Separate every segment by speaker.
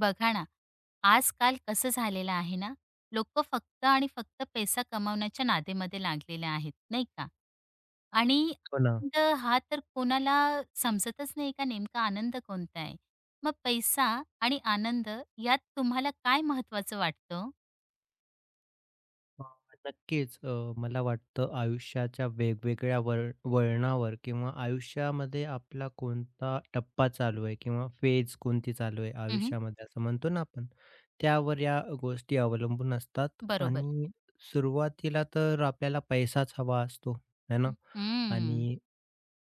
Speaker 1: बघा ना, आजकाल कसं झालेलं आहे ना, लोकं फक्त आणि फक्त पैसा कमावण्याच्या नादेमध्ये लागलेले आहेत, नाही का? आणि
Speaker 2: हो ना.
Speaker 1: आनंद हा तर कोणाला समजतच नाही का नेमका आनंद कोणता आहे? मग पैसा आणि आनंद यात तुम्हाला काय महत्त्वाचं वाटतं ओ?
Speaker 2: अ, नक्कीच मला वाटतं आयुष्याच्या वेगवेगळ्या वळणावर किंवा आयुष्यामध्ये आपला कोणता टप्पा चालू आहे किंवा फेज कोणती चालू आहे आयुष्यामध्ये असं म्हणतो ना आपण, त्यावर या गोष्टी अवलंबून असतात
Speaker 1: बरोबर.
Speaker 2: आणि सुरुवातीला तर आपल्याला पैसाच हवा असतो, है ना?
Speaker 1: हं,
Speaker 2: आणि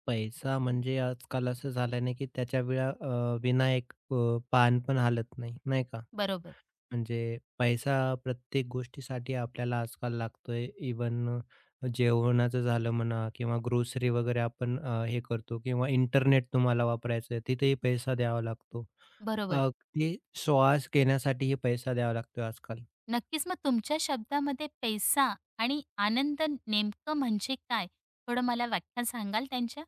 Speaker 2: पैसा म्हणजे आजकाल असं झालं ना, की त्याच्या विना एक पान पण हलत नाही, नाही का?
Speaker 1: बरोबर,
Speaker 2: म्हणजे पैसा प्रत्येक गोष्टीसाठी आपल्याला आजकाल लागतोय. इव्हन जेवणाचं झालं म्हणा किंवा ग्रोसरी वगैरे आपण हे करतो किंवा इंटरनेट तुम्हाला वापरायचं आहे, तिथेही पैसा द्यावा लागतो.
Speaker 1: बरोबर.
Speaker 2: अ, ते श्वास घेण्यासाठीही पैसा द्यावा लागतो आजकाल.
Speaker 1: नक्कीच. मग तुमच्या शब्दामध्ये पैसा आणि आनंद नेमकं म्हणजे काय? थोडं मला व्याख्या सांगाल त्यांच्या?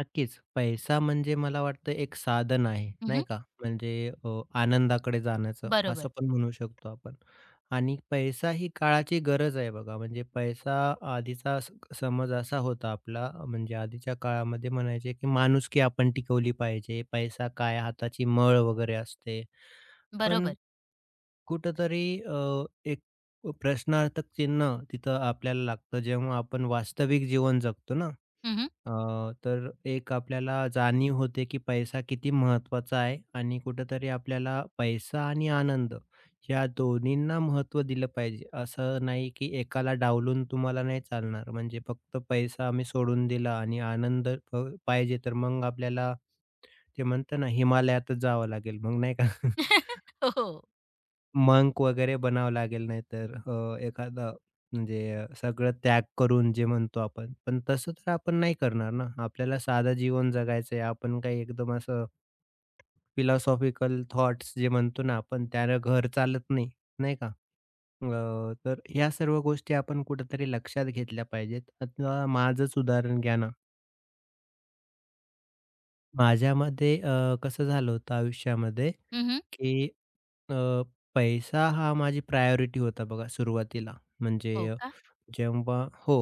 Speaker 2: नक्कीच. पैसा म्हणजे मला वाटतं एक साधन आहे,
Speaker 1: हं,
Speaker 2: नाही का? म्हणजे अ, आनंदाकडे जाण्याचं
Speaker 1: बरोबर.
Speaker 2: असं पण म्हणू शकतो आपण. आणि पैसा ही काळाची गरज आहे बघा. म्हणजे पैसा आधीचा स समज असा होता आपला म्हणजे आधीच्या काळामध्ये म्हणायचे, की माणुसकी आपण टिकवली पाहिजे. पैसा काय हाताची मळ वगैरे असते. पण
Speaker 1: बरोबर.
Speaker 2: कुठेतरी प्रश्नार्थक चिन्ह तिथं आपल्याला लागतं जेव्हा आपण वास्तविक जीवन जगतो ना,
Speaker 1: हं, हं.
Speaker 2: अ, तर एक आपल्याला जाणीव होते, की पैसा किती महत्त्वाचा आहे आणि कुठेतरी आपल्याला पैसा आणि आनंद या दोन्हींना महत्त्व दिलं पाहिजे. असं नाही, की एकाला डावलून तुम्हाला नाही चालणार. म्हणजे फक्त पैसा आम्ही सोडून दिला आणि आनंद पाहिजे तर मग आपल्याला ते म्हणतं ना हिमालयातच जावं लागेल मग नाही का?
Speaker 1: हो.
Speaker 2: मंक वगैरे बनावं लागेल नाही तर अ, एखादा म्हणजे अ, सगळं त्याग करून जे म्हणतो आपण. पण तसं तर आपण नाही करणार ना. आपल्याला साधं जीवन जगायचं आहे. आपण काही एकदम असं फिलॉसॉफिकल थॉट्स जे म्हणतो ना आपण, त्यानं घर चालत नाही, नाही का? तर ह्या सर्व गोष्टी आपण कुठेतरी लक्षात घेतल्या पाहिजेत. आता माझंच उदाहरण घ्या ना. माझ्यामध्ये कसं झालं होतं आयुष्यामध्ये,
Speaker 1: हं,
Speaker 2: की अ, पैसा हा माझी प्रायोरिटी होता बघा सुरुवातीला.
Speaker 1: हो
Speaker 2: म्हणजे
Speaker 1: का?
Speaker 2: जेव्हा हो,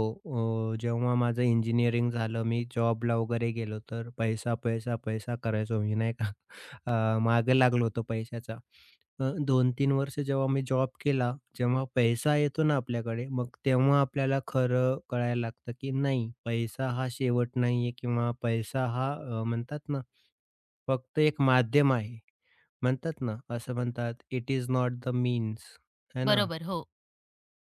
Speaker 2: जेव्हा माझं इंजिनिअरिंग झालं, मी जॉबला वगैरे गेलो, तर पैसा, पैसा, पैसा करायचो मी नाही का. मागे लागलो होतो पैशाचा. 2-3 वर्ष जेव्हा मी जॉब केला, जेव्हा पैसा येतो ना आपल्याकडे, मग तेव्हा आपल्याला खरं कळायला लागतं, की नाही पैसा हा शेवट नाहीये किंवा पैसा हा म्हणतात ना, फक्त एक माध्यम आहे. म्हणतात ना, असं म्हणतात, "it is not the means." है ना?
Speaker 1: बरोबर. हो,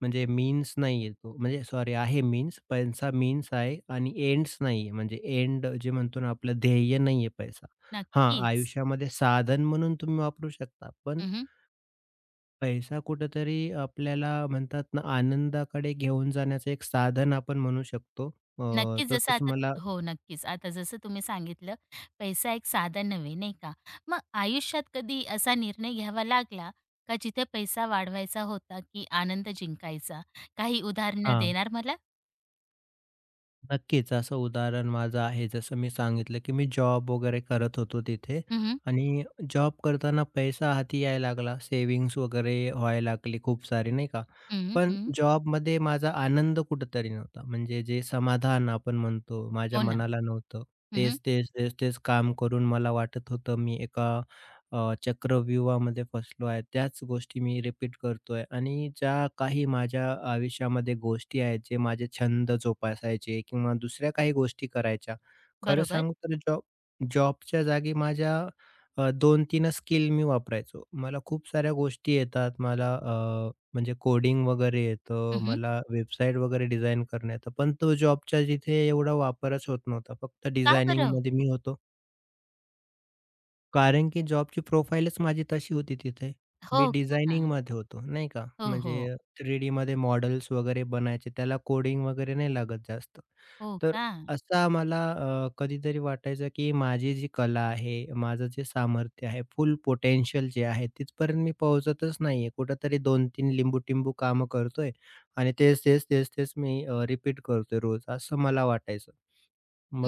Speaker 2: म्हणजे मीन्स नाहीये तो. म्हणजे सॉरी आहे मीन्स, पैसा मीन्स आहे आणि एंड्स नाहीये. म्हणजे एंड जे म्हणतो ना आपलं ध्येय नाहीये पैसा. हां,
Speaker 1: नक्कीच.
Speaker 2: आयुष्यामध्ये साधन म्हणून तुम्ही वापरू शकता. पण
Speaker 1: हं,
Speaker 2: पैसा कुठेतरी आपल्याला म्हणतात ना आनंदाकडे घेऊन जाण्याचं एक साधन आपण म्हणू शकतो. अ,
Speaker 1: नक्कीच जसं
Speaker 2: तसंच
Speaker 1: आता
Speaker 2: मला
Speaker 1: हो, नक्कीच. आता जसं तुम्ही सांगितलं, पैसा एक साधन नव्हे, नाही का? मग आयुष्यात कधी असा निर्णय घ्यावा लागला का जिथे पैसा वाढवायचा होता की आनंद जिंकायचा? काही उदाहरणं
Speaker 2: हां.
Speaker 1: देणार मला?
Speaker 2: नक्कीच. असं उदाहरण माझं आहे. जसं मी सांगितलं, की मी जॉब वगैरे करत होतो तिथे
Speaker 1: हं, हं.
Speaker 2: आणि जॉब करताना पैसा हाती यायला लागला. सेविंग्स वगैरे व्हायला लागली खूप सारी, नाही का? पण
Speaker 1: हं,
Speaker 2: जॉबमध्ये माझा आनंद कुठेतरी नव्हता. म्हणजे जे समाधान आपण म्हणतो, माझ्या
Speaker 1: हो ना.
Speaker 2: मनाला नव्हतं.
Speaker 1: हं,
Speaker 2: तेच, तेच, तेच, तेच काम करून मला वाटत होतं मी एका चक्रव्यूहामध्ये फसलो आहे. त्याच गोष्टी मी रिपीट करतोय आणि ज्या काही माझ्या आयुष्यामध्ये गोष्टी आहेत, जे माझे छंद जोपासायचे किंवा दुसऱ्या काही गोष्टी करायच्या. खरं
Speaker 1: बरोबर.
Speaker 2: सांगू तर जॉबच्या जागी माझ्या 2-3 स्किल मी वापरायचो. मला खूप साऱ्या गोष्टी येतात. म्हणजे कोडिंग वगैरे येतं.
Speaker 1: हं,
Speaker 2: मला वेबसाईट वगैरे डिझाइन करणं पण तो जॉबच्या जिथे एवढा वापरच होत नव्हता. फक्त
Speaker 1: का बरं?
Speaker 2: डिझायनिंगमध्ये मी होतो. कारण की जॉबची प्रोफाईलच माझी तशी होती तिथे. मी
Speaker 1: हो का?
Speaker 2: डिझायनिंगमध्ये होतो, नाही का.
Speaker 1: हो, हो.
Speaker 2: म्हणजे 3Dमध्ये मॉडेल्स वगैरे बनायचे. त्याला कोडिंग वगैरे नाही लागत जास्त.
Speaker 1: हो
Speaker 2: तर
Speaker 1: का?
Speaker 2: असं आम्हाला कधीतरी वाटायचं की माझी जी कला आहे, माझं जे सामर्थ्य आहे, फुल पोटेन्शियल जे आहे, तिथपर्यंत मी पोहोचतच नाहीये. कुठेतरी 2-3 लिंबू-टिंबू कामं करतोय आणि तेच, तेच, तेच, तेच मी रिपीट करतोय रोज, असं मला वाटायचं.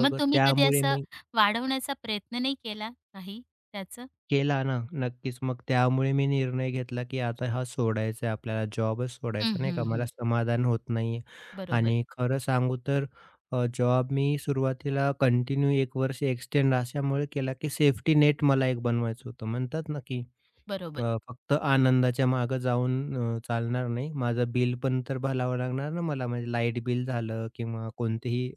Speaker 1: मग तुम्ही कधी
Speaker 2: त्यामुळे
Speaker 1: असं
Speaker 2: मी
Speaker 1: वाढवण्याचा प्रयत्न नाही केला काही त्याचं?
Speaker 2: केला ना, नक्कीच. मग त्यामुळे मी निर्णय घेतला, की आता हा सोडायचा आहे आपल्याला, जॉबच
Speaker 1: हं,
Speaker 2: सोडायचा, नाही
Speaker 1: हं,
Speaker 2: का.
Speaker 1: हं.
Speaker 2: मला समाधान होत नाहीये
Speaker 1: बरोबर,
Speaker 2: आणि खरं सांगू तर जॉब मी सुरुवातीला कंटिन्यू 1 वर्ष एक्सटेंड अशामुळे केला, की सेफ्टी नेट मला एक बनवायचं होतं. म्हणतात ना, की
Speaker 1: बरोबर.
Speaker 2: फक्त आनंदाच्या मागे जाऊन चालणार नाही. माझं बिल पण तर भरावं लागणार ना मला. म्हणजे लाईट बिल झालं किंवा कोणतेही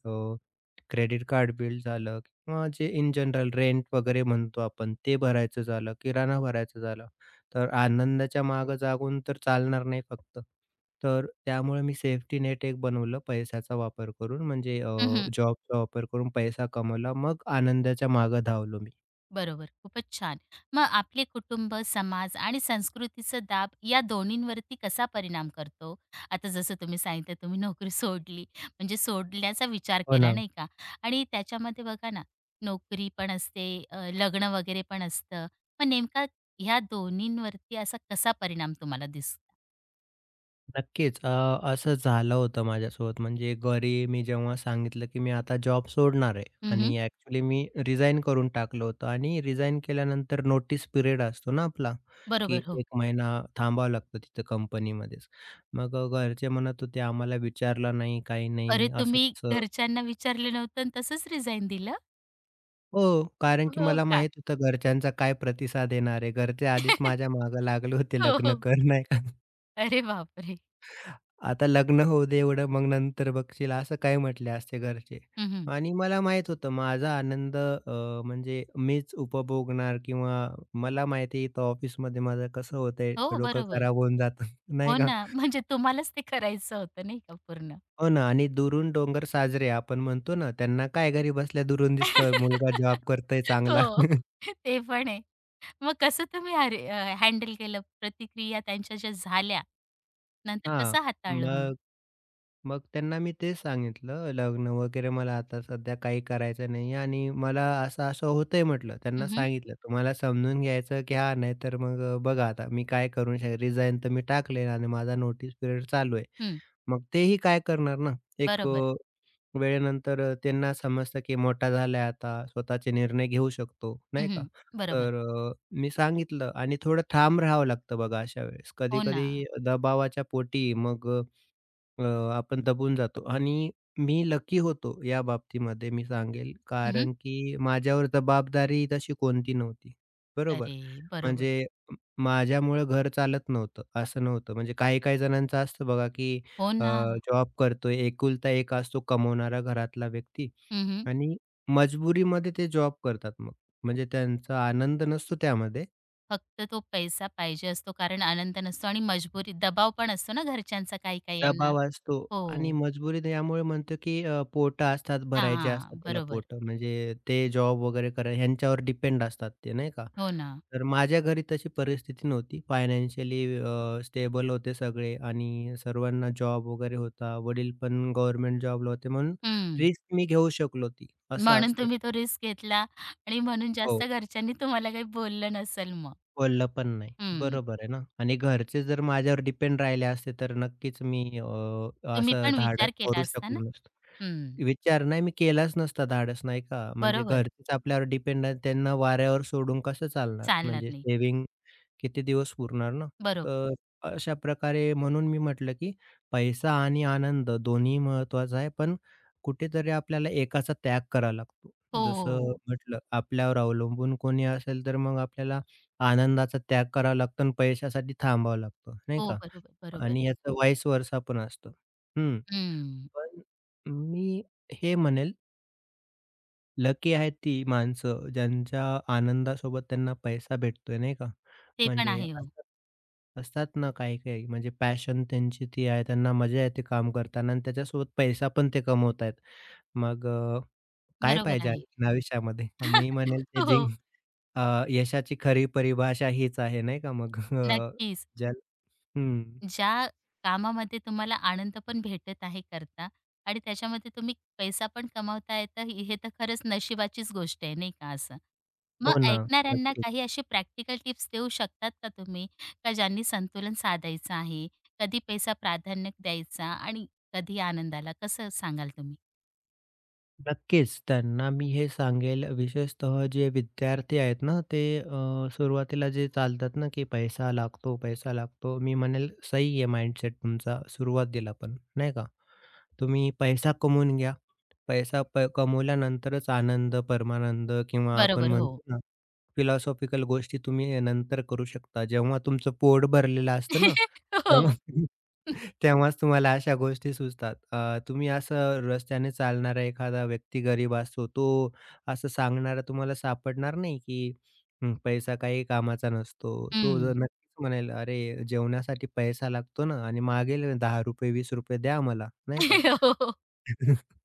Speaker 2: क्रेडिट कार्ड बिल झालं किंवा जे इन जनरल रेंट वगैरे म्हणतो आपण ते भरायचं झालं, किराणा भरायचं झालं. तर आनंदाच्या मागे जागून तर चालणार नाही फक्त. तर त्यामुळे मी सेफ्टी नेट एक बनवलं पैशाचा वापर करून म्हणजे
Speaker 1: हं, हं.
Speaker 2: जॉबचा वापर करून पैसा कमवला. मग आनंदाच्या मागे धावलो मी.
Speaker 1: बरोबर. खूपच छान. मग आपले कुटुंब, समाज आणि संस्कृतीचा दाब या दोन्हींवरती कसा परिणाम करतो? आता जसं तुम्ही सांगितलं तुम्ही नोकरी सोडली, म्हणजे सोडण्याचा विचार
Speaker 2: हो
Speaker 1: केला
Speaker 2: ना.
Speaker 1: नाही का? आणि त्याच्यामध्ये बघा ना, नोकरी पण असते, लग्न वगैरे पण असतं. मग नेमका ह्या दोन्हींवरती असा कसा परिणाम तुम्हाला दिसला?
Speaker 2: नक्कीच. असं झालं होतं माझ्यासोबत. म्हणजे घरी मी जेव्हा सांगितलं, की मी आता जॉब सोडणार आहे
Speaker 1: हं, हं.
Speaker 2: आणि ॲक्चुअली मी रिझाइन करून टाकलं होतं आणि रिझाइन केल्यानंतर नोटीस पिरियड असतो ना आपला,
Speaker 1: बरोबर.
Speaker 2: की
Speaker 1: हो.
Speaker 2: एक महिना थांबावं लागतं तिथं कंपनीमध्येच. मग घरचे म्हणत होते, "आम्हाला विचारलं नाही, काही
Speaker 1: अरे,
Speaker 2: नाही, असं
Speaker 1: तुम्ही
Speaker 2: कसं?"
Speaker 1: घरच्यांना विचारलं नव्हतं आणि तसंच रिझाइन दिलं?
Speaker 2: हो, कारण की
Speaker 1: हो
Speaker 2: मला
Speaker 1: का?
Speaker 2: माहीत होतं घरच्यांचा काय प्रतिसाद येणार आहे. घरचे आधीच माझ्या मागे लागले होते,
Speaker 1: हो,
Speaker 2: "लग्न
Speaker 1: हो.
Speaker 2: कर." नाही का?
Speaker 1: अरे बापरे!
Speaker 2: आता लग्न होऊ दे एवढं, मग नंतर बघशील, असं काय म्हटले असते घरचे.
Speaker 1: हं, हं.
Speaker 2: आणि मला माहीत होतं माझा आनंद म्हणजे मीच उपभोगणार किंवा मला माहिती आहे इथं ऑफिसमध्ये माझं कसं होतंय,
Speaker 1: हो,
Speaker 2: डोकं
Speaker 1: बरोबर.
Speaker 2: खराब होऊन जातं,
Speaker 1: हो
Speaker 2: नाही का?
Speaker 1: ना, म्हणजे तुम्हालाच ते करायचं होतं नाही का पूर्ण.
Speaker 2: हो ना आणि दुरून डोंगर साजरे आपण म्हणतो ना, त्यांना काय घरी बसल्या दुरून दिसतं मुलगा जॉब करतोय चांगला.
Speaker 1: हो, ते पण आहे. मग कसं तुम्ही हँडल केलं प्रतिक्रिया त्यांच्या ज्या झाल्या, नंतर
Speaker 2: हां,
Speaker 1: कसं हाताळलं मग?
Speaker 2: मग मग त्यांना मी तेच सांगितलं, लग्न वगैरे मला आता सध्या काही करायचं नाही आणि मला असं-असं होतंय म्हटलं.
Speaker 1: हं,
Speaker 2: त्यांना
Speaker 1: हं.
Speaker 2: सांगितलं, "तुम्हाला समजून घ्यायचं घ्या, नाहीतर मग बघा आता मी काय करू शकेन. रिझाइन तर मी टाकले आणि माझा नोटीस पिरियड चालू आहे." मग तेही काय करणार ना? एक
Speaker 1: बरोबर.
Speaker 2: अ, वेळेनंतर त्यांना समजतं की मोठा झालाय आता, स्वतःचे निर्णय घेऊ शकतो, नाही का?
Speaker 1: हं, बरोबर.
Speaker 2: तर मी सांगितलं आणि थोडं ठाम राहावं लागतं बघा अशा वेळेस.
Speaker 1: हो ना.
Speaker 2: कधी-कधी दबावाच्या पोटी मग अ, आपण दबून जातो आणि मी लकी होतो या बाबतीमध्ये मी सांगेल,
Speaker 1: हं,
Speaker 2: कारण की माझ्यावर जबाबदारी तशी कोणती नव्हती. बरोबर?
Speaker 1: अरे, बरोबर.
Speaker 2: म्हणजे म माझ्यामुळं घर चालत नव्हतं, असं नव्हतं. म्हणजे काही-काही जणांचं असतं बघा, की
Speaker 1: हो
Speaker 2: अ,
Speaker 1: ना.
Speaker 2: जॉब करतोय, एकुलता एक असतो कमवणारा घरातला व्यक्ती आणि मजबुरीमध्ये ते जॉब करतात मग. म्हणजे त्यांचा आनंद नसतो त्यामध्ये.
Speaker 1: फक्त तो पैसा पाहिजे असतो, कारण आनंद नसतो आणि मजबुरी दबाव पण असतो ना घरच्यांचा काही-काही यांना.
Speaker 2: दबाव असतो
Speaker 1: हो.
Speaker 2: आणि मजबुरीत यामुळे म्हणतो की पोटं असतात, भरायचे असतात
Speaker 1: हां,
Speaker 2: त्याला
Speaker 1: बरोबर.
Speaker 2: पोटं. म्हणजे ते जॉब वगैरे करा ह्यांच्यावर डिपेंड असतात ते, नाही का?
Speaker 1: हो ना.
Speaker 2: तर माझ्या घरी तशी परिस्थिती नव्हती. फायनान्शियली स्टेबल होते सगळे आणि सर्वांना जॉब वगैरे होता. वडील पण गव्हर्नमेंट जॉबला होते म्हणून
Speaker 1: हं.
Speaker 2: रिस्क मी घेऊ शकलो ती, असं
Speaker 1: म्हणून
Speaker 2: असतं.
Speaker 1: तुम्ही तो रिस्क घेतला आणि म्हणून
Speaker 2: हो.
Speaker 1: जास्त घरच्यांनी तुम्हाला काही बोललं नसेल मग.
Speaker 2: बोललं पण नाही.
Speaker 1: हं.
Speaker 2: बरोबर आहे ना आणि घरचे जर माझ्यावर डिपेंड राहिले असते, तर नक्कीच मी
Speaker 1: तुम्ही
Speaker 2: असं
Speaker 1: पण विचार
Speaker 2: धाडस
Speaker 1: केला
Speaker 2: करू
Speaker 1: असता ना?
Speaker 2: शकलो नसतो.
Speaker 1: हं.
Speaker 2: विचार नाही मी केलाच नसता धाडस नाही का. म्हणजे
Speaker 1: बरोबर.
Speaker 2: घरचेच आपल्यावर डिपेंड आहेत त्यांना वाऱ्यावर सोडून कसं चालणार.
Speaker 1: चालणार
Speaker 2: म्हणजे
Speaker 1: नाही.
Speaker 2: सेव्हिंग किती दिवस पुरणार ना?
Speaker 1: बरोबर.
Speaker 2: तर अशा प्रकारे म्हणून मी म्हटलं, की पैसा आणि आनंद दोन्ही महत्त्वाचा आहे, पण कुठेतरी आपल्याला एकाचा त्याग करावा लागतो. जसं हो.
Speaker 1: हो.
Speaker 2: म्हटलं, आपल्यावर अवलंबून कोणी असेल, तर मग आपल्याला आनंदाचा त्याग करावा लागतो आणि पैशासाठी थांबावं लागतं, नाही
Speaker 1: हो.
Speaker 2: का?
Speaker 1: बरोबर, बरोबर.
Speaker 2: आणि याचं व्हाईस वर्सा पण असतं. हं.
Speaker 1: हं.
Speaker 2: पण मी हे म्हणेल लकी आहेत ती माणसं, ज्यांच्या आनंदासोबत त्यांना पैसा भेटतोय, नाही का?
Speaker 1: ते पण
Speaker 2: म्हणजे
Speaker 1: आहे हो.
Speaker 2: असतात असतात ना काही-काही म्हणजे पॅशन त्यांची ती आहे, त्यांना मजा येते काम करताना आणि त्याच्यासोबत पैसा पण ते कमवत आहेत. मग काय
Speaker 1: बरोबर
Speaker 2: पाहिजे
Speaker 1: आहे.
Speaker 2: आणखीन आयुष्यामध्ये? मी म्हणेल
Speaker 1: हो.
Speaker 2: यशाची खरी परिभाषा हीच आहे, नाही का? मग अ,
Speaker 1: नक्कीच.
Speaker 2: ज्या हं.
Speaker 1: ज्या कामामध्ये तुम्हाला आनंद पण भेटत आहे करता आणि त्याच्यामध्ये तुम्ही पैसा पण कमावताय, तर हे तर खरंच नशिबाचीच गोष्ट आहे, नाही का असं. मग
Speaker 2: हो ना.
Speaker 1: ऐकणाऱ्यांना
Speaker 2: नक्की.
Speaker 1: काही असे प्रॅक्टिकल टिप्स देऊ शकतात का तुम्ही? का ज्यांनी संतुलन साधायचं आहे, कधी पैसा प्राधान्य द्यायचा आणि कधी आनंदाला, कसं सांगाल तुम्ही?
Speaker 2: नक्कीच. त्यांना मी हे सांगेल विशेषतः जे विद्यार्थी आहेत ना, ते सुरुवातीला जे चालतात ना, की पैसा लागतो, पैसा लागतो. मी म्हणेल सही आहे माइंडसेट तुमचा सुरुवातीला पण, नाही का? तुम्ही पैसा कमवून घ्या. पैसा प कमवल्यानंतरच आनंद, परमानंद किंवा आपण
Speaker 1: बरोबर, हो.
Speaker 2: म्हणतो ना, फिलॉसॉफिकल गोष्टी तुम्ही नंतर करू शकता. जेव्हा तुमचं पोट भरलेलं असतं ना, तेव्हा
Speaker 1: हो.
Speaker 2: तेव्हाच तुम्हाला अशा गोष्टी सुचतात. तुम्ही असं रस्त्याने चालणारा एखादा व्यक्ती गरीब असतो, तो असं सांगणारा तुम्हाला सापडणार नाही, की हं, पैसा काही कामाचा नसतो. तो जर
Speaker 1: हं.
Speaker 2: नक्कीच म्हणेल, "अरे, जेवणासाठी पैसा लागतो ना आणि मागेल ₹10, ₹20 द्या मला." नाही का?
Speaker 1: हो, हो.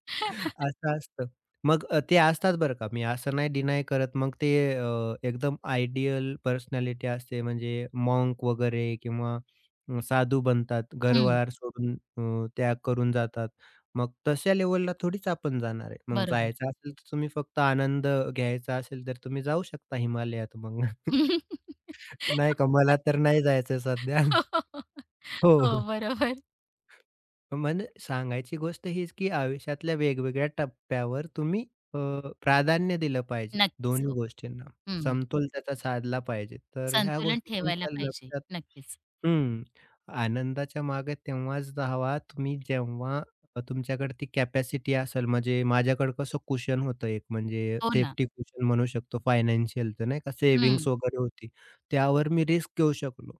Speaker 2: असं असतं. मग ते असतात बरं का. मी असं नाही डिनाय करत. मग ते एकदम आयडियल पर्सनॅलिटी असते म्हणजे मॉन्क वगैरे किंवा साधू बनतात. घरवार सोडून त्याग करून जातात. मग तशा लेव्हलला थोडीच आपण जाणार आहे. मग
Speaker 1: बरोबर.
Speaker 2: जायचं असेल तर तुम्ही फक्त आनंद घ्यायचा असेल तर तुम्ही जाऊ शकता हिमालयात मग. नाही का मला तर नाही जायचं सध्या.
Speaker 1: हो, हो,
Speaker 2: हो.
Speaker 1: बरोबर.
Speaker 2: मन सांगायची गोष्ट हीच, की आयुष्यातल्या वेगवेगळ्या टप्प्यावर तुम्ही अ, प्राधान्य दिलं पाहिजे
Speaker 1: नक्कीच.
Speaker 2: दोन्ही
Speaker 1: हो.
Speaker 2: गोष्टींना.
Speaker 1: हं,
Speaker 2: समतोल त्याचा साधला पाहिजे. तर ह्या
Speaker 1: संतुलन
Speaker 2: गोष्टी
Speaker 1: ठेवायला
Speaker 2: तुमच्या
Speaker 1: पाहिजे.
Speaker 2: लक्षात
Speaker 1: नक्कीच.
Speaker 2: हं. आनंदाच्या मागे तेव्हाच धावा तुम्ही जेव्हा तुमच्याकडे ती कॅपॅसिटी असेल. म्हणजे माझ्याकडे कसं कुशन होतं एक म्हणजे
Speaker 1: हो ना.
Speaker 2: सेफ्टी कुशन म्हणू शकतो फायनान्शियलचं नाही का
Speaker 1: हं.
Speaker 2: सेव्हिंग्ज वगैरे होती. त्यावर मी रिस्क घेऊ शकलो.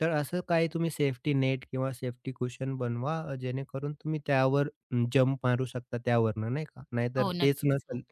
Speaker 2: तर असं काही तुम्ही सेफ्टी नेट किंवा सेफ्टी कुशन बनवा जेणेकरून तुम्ही त्यावर जंप मारू शकता त्यावरनं नाही का? नाहीतर
Speaker 1: हो,
Speaker 2: तेच
Speaker 1: नक्कीच. हो.
Speaker 2: नसेल,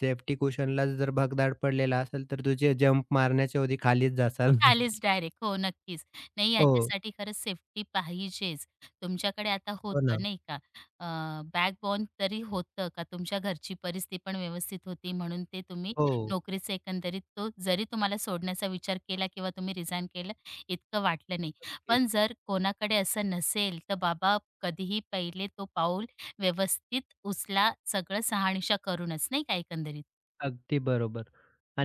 Speaker 2: सेफ्टी कुशनला जर भगदाड पडलेला असेल, तर तुझे जंप मारण्याच्या ऐवजी खालीच जासाल
Speaker 1: आलीच डायरेक्ट. हो, नक्कीच. नाही
Speaker 2: हो,
Speaker 1: याच्यासाठी खरंच सेफ्टी पाहिजेच. तुमच्याकडे आता
Speaker 2: हो ना.
Speaker 1: होतं नाही का, बॅकबोन तरी होतं का तुमच्या घरची परिस्थिती पण व्यवस्थित होती म्हणून ते तुम्ही
Speaker 2: हो,
Speaker 1: नोकरीचं एकंदरीत तो जरी तुम्हाला सोडण्याचा विचार केला किंवा तुम्ही रिझाइन केलं, इतकं वाटलं नाही. पण
Speaker 2: तेच.
Speaker 1: जर कोणाकडे असं नसेल, तर बाबा कधीही पहिले तो पाऊल व्यवस्थित उचला, सगळं शहानिशा करूनच नाही का एकंदरीत.
Speaker 2: अगदी बरोबर.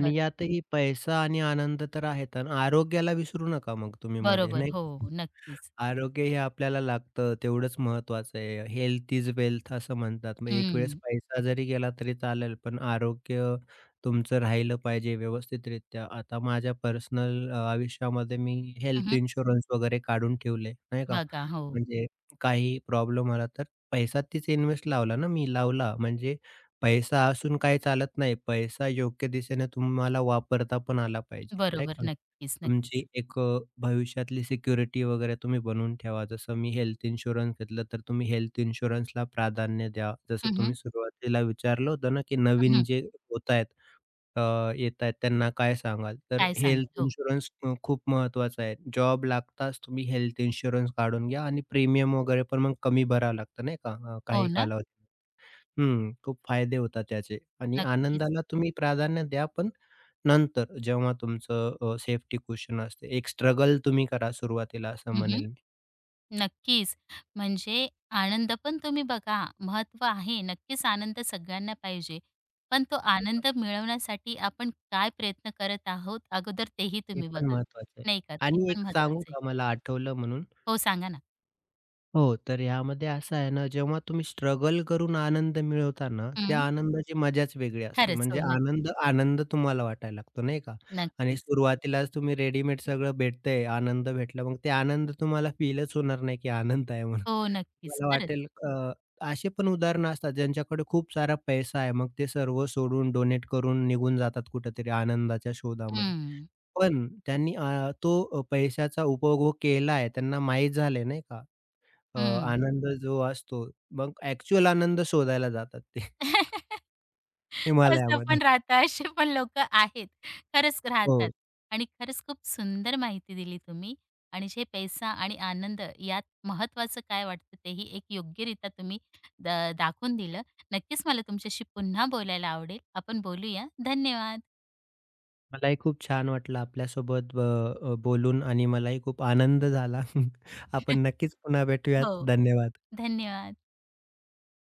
Speaker 1: बर
Speaker 2: यातही पैसा आणि आनंद तर आहेत अन् आरोग्याला विसरू नका मग तुम्ही मध्ये
Speaker 1: बरोबर.
Speaker 2: नाही
Speaker 1: हो,
Speaker 2: का?
Speaker 1: नक्कीच.
Speaker 2: आरोग्य हे आपल्याला लागतं तेवढंच महत्त्वाचं आहे. हेल्थ इज वेल्थ असं म्हणतात. मग एक वेळेस
Speaker 1: हं.
Speaker 2: पैसा जरी गेला तरी चालेल, पण आरोग्य तुमचं राहिलं पाहिजे व्यवस्थितरित्या. आता माझ्या पर्सनल आयुष्यामध्ये मी हेल्थ
Speaker 1: हं,
Speaker 2: इन्शुरन्स वगैरे काढून ठेवले, नाही का?
Speaker 1: बघा. हो.
Speaker 2: म्हणजे काही प्रॉब्लेम आला तर पैसा तीच इन्व्हेस्ट लावला ना मी लावला. म्हणजे पैसा असून काही चालत नाही. पैसा योग्य दिशेने तुम्हाला वापरता पण आला पाहिजे, नाही
Speaker 1: बरोबर.
Speaker 2: का?
Speaker 1: नक्कीच,
Speaker 2: तुमची
Speaker 1: नक्कीच.
Speaker 2: एक भविष्यातली सिक्युरिटी वगैरे तुम्ही बनवून ठेवा. जसं मी हेल्थ इन्शुरन्स घेतलं, तर तुम्ही हेल्थ इन्शुरन्सला प्राधान्य द्या. जसं
Speaker 1: हं, हं.
Speaker 2: तुम्ही सुरुवातीला विचारलं होतं ना, की
Speaker 1: हं,
Speaker 2: नवीन
Speaker 1: हं.
Speaker 2: जे होत अ, येतायत त्यांना काय सांगाल? तर
Speaker 1: काय
Speaker 2: हेल्थ
Speaker 1: सांगाल? हो.
Speaker 2: इन्शुरन्स खूप महत्त्वाचा आहे. जॉब लागताच तुम्ही हेल्थ इन्शुरन्स काढून घ्या आणि प्रीमियम वगैरे पण मग कमी भरावं लागतं नाही का
Speaker 1: हो
Speaker 2: काही
Speaker 1: ना.
Speaker 2: कालावधी हं, खूप फायदे होतात त्याचे आणि
Speaker 1: नक्कीच.
Speaker 2: आनंदाला तुम्ही प्राधान्य द्या, पण नंतर जेव्हा तुमचं सेफ्टी कुशन असते. एक स्ट्रगल तुम्ही करा सुरुवातीला असं
Speaker 1: हं, हं.
Speaker 2: म्हणेल मी.
Speaker 1: नक्कीच. म्हणजे आनंद पण तुम्ही बघा, महत्त्व आहे. नक्कीच आनंद सगळ्यांना पाहिजे. पण तो आनंद मिळवण्यासाठी आपण काय प्रयत्न करत आहोत, अगोदर तेही
Speaker 2: ते
Speaker 1: तुम्ही
Speaker 2: पण
Speaker 1: बघा.
Speaker 2: महत्त्वाचं आहे.
Speaker 1: नाही का? ते
Speaker 2: आणि
Speaker 1: पण
Speaker 2: एक सांगू
Speaker 1: महत्त्वाचं आहे.
Speaker 2: का मला आठवलं म्हणून?
Speaker 1: हो, सांगा ना.
Speaker 2: हो, तर यामध्ये असं आहे ना, जेव्हा तुम्ही स्ट्रगल करून आनंद मिळवता ना, त्या
Speaker 1: हं.
Speaker 2: आनंदाची मजाच वेगळी असते.
Speaker 1: खरंच.
Speaker 2: म्हणजे
Speaker 1: हो, नक्कीच.
Speaker 2: आनंद, आनंद तुम्हाला वाटायला लागतो नाही का? आणि
Speaker 1: नक्कीच.
Speaker 2: सुरुवातीलाच तुम्ही रेडीमेड सगळं भेटतंय, आनंद भेटला, मग ते आनंद तुम्हाला फीलच होणार नाही, की आनंद आहे म्हणून.
Speaker 1: हो, नक्कीच.
Speaker 2: मला
Speaker 1: खरंच.
Speaker 2: वाटेल असे पण उदाहरणं असतात ज्यांच्याकडे खूप सारा पैसा आहे, मग ते सर्व सोडून, डोनेट करून निघून जातात कुठेतरी आनंदाच्या शोधामध्ये.
Speaker 1: हं.
Speaker 2: पण त्यांनी तो पैशाचा उपभोग केला आहे, त्यांना माहीत झालंय नाही का?
Speaker 1: हं.
Speaker 2: आनंद जो असतो, मग ॲक्चुअल आनंद शोधायला जातात ते
Speaker 1: असं
Speaker 2: हिमालयामध्ये.
Speaker 1: पण राहतात, असे पण लोकं आहेत. खरंच राहतात
Speaker 2: हो,
Speaker 1: आणि खरंच खूप सुंदर माहिती दिली तुम्ही आणि जे पैसा आणि आनंद यात महत्त्वाचं काय वाटतं तेही एक योग्यरित्या तुम्ही द दाखवून दिलं. नक्कीच मला तुमच्याशी पुन्हा बोलायला आवडेल. आपण बोलूया. धन्यवाद.
Speaker 2: मलाही खूप छान वाटलं आपल्यासोबत बोलून आणि मलाही खूप आनंद झाला. आपण नक्कीच पुन्हा भेटूयात.
Speaker 1: हो,
Speaker 2: धन्यवाद.
Speaker 1: धन्यवाद.